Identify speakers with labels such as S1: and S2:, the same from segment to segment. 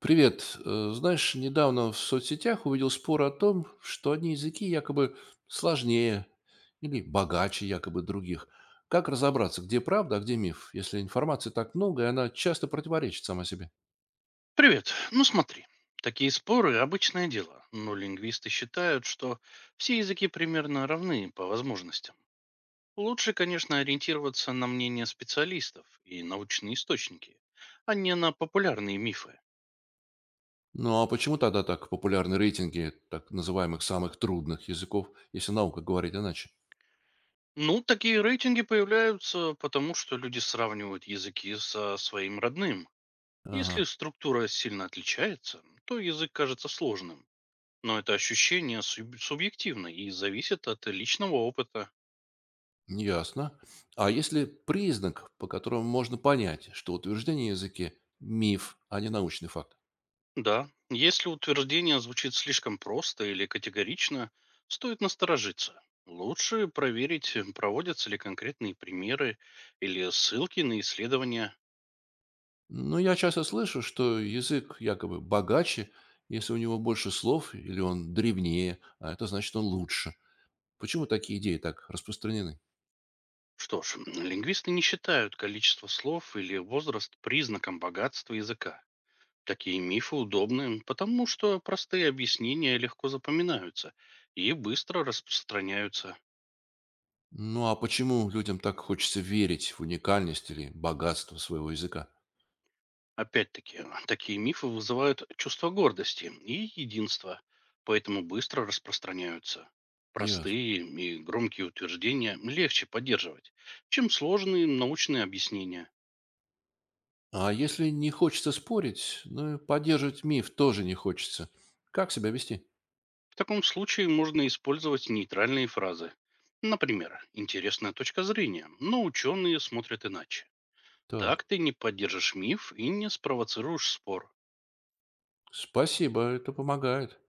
S1: Привет. Знаешь, недавно в соцсетях увидел спор о том, что одни языки якобы сложнее или богаче якобы других. Как разобраться, где правда, а где миф, если информации так много, и она часто противоречит сама себе?
S2: Привет. Ну смотри, такие споры — обычное дело, но лингвисты считают, что все языки примерно равны по возможностям. Лучше, конечно, ориентироваться на мнение специалистов и научные источники, а не на популярные мифы.
S1: Ну а почему тогда так популярны рейтинги так называемых самых трудных языков, если наука говорит иначе?
S2: Ну, такие рейтинги появляются потому, что люди сравнивают языки со своим родным. Если
S1: Ага,
S2: структура сильно отличается, то язык кажется сложным. Но это ощущение субъективно и зависит от личного опыта.
S1: ясно. А есть ли признак, по которому можно понять, что утверждение о языке– миф, а не научный факт?
S2: Да, если утверждение звучит слишком просто или категорично, стоит насторожиться. Лучше проверить, проводятся ли конкретные примеры или ссылки на исследования.
S1: Ну, я часто слышу, что язык якобы богаче, если у него больше слов или он древнее, а это значит, он лучше. Почему такие идеи так распространены?
S2: Что ж, лингвисты не считают количество слов или возраст признаком богатства языка. Такие мифы удобны, потому что простые объяснения легко запоминаются и быстро распространяются.
S1: Ну, а почему людям так хочется верить в уникальность или богатство своего языка?
S2: Опять-таки, такие мифы вызывают чувство гордости и единства, поэтому быстро распространяются.
S1: Ясно.
S2: Простые и громкие утверждения легче поддерживать, чем сложные научные объяснения.
S1: А если не хочется спорить, ну и поддерживать миф тоже не хочется. Как себя вести?
S2: В таком случае можно использовать нейтральные фразы. Например, интересная точка зрения, но ученые смотрят иначе. Так
S1: Так,
S2: ты не поддержишь миф и не спровоцируешь спор.
S1: спасибо, это помогает.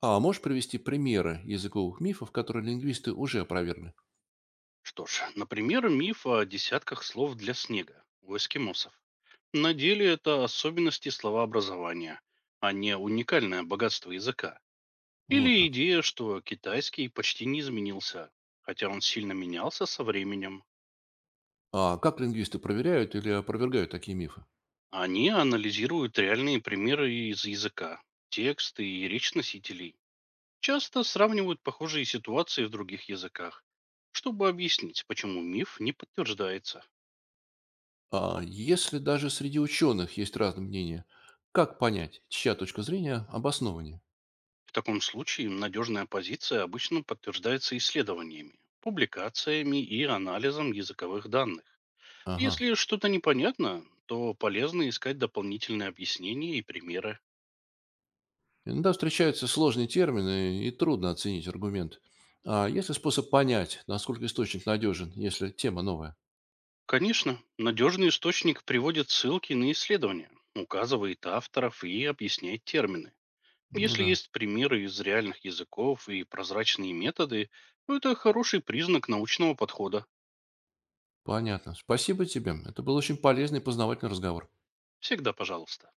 S1: А можешь привести примеры языковых мифов, которые лингвисты уже опровергли?
S2: Что ж, например, миф о десятках слов для снега у эскимосов. На деле это особенности словообразования, а не уникальное богатство языка.
S1: Вот
S2: Или
S1: как.
S2: идея, что китайский почти не изменился, хотя он сильно менялся со временем.
S1: А как лингвисты проверяют или опровергают такие мифы?
S2: Они анализируют реальные примеры из языка, тексты и речь носителей. Часто сравнивают похожие ситуации в других языках, чтобы объяснить, почему миф не подтверждается.
S1: А если даже среди ученых есть разные мнения, как понять, чья точка зрения обоснованнее?
S2: В таком случае надежная позиция обычно подтверждается исследованиями, публикациями и анализом языковых данных.
S1: Ага.
S2: Если что-то непонятно, то полезно искать дополнительные объяснения и примеры.
S1: Иногда встречаются сложные термины и трудно оценить аргумент. А есть ли способ понять, насколько источник надежен, если тема новая?
S2: Конечно, надежный источник приводит ссылки на исследования, указывает авторов и объясняет термины.
S1: Ну
S2: Если
S1: да,
S2: есть примеры из реальных языков и прозрачные методы, то это хороший признак научного подхода.
S1: понятно. Спасибо тебе. Это был очень полезный и познавательный разговор.
S2: Всегда пожалуйста.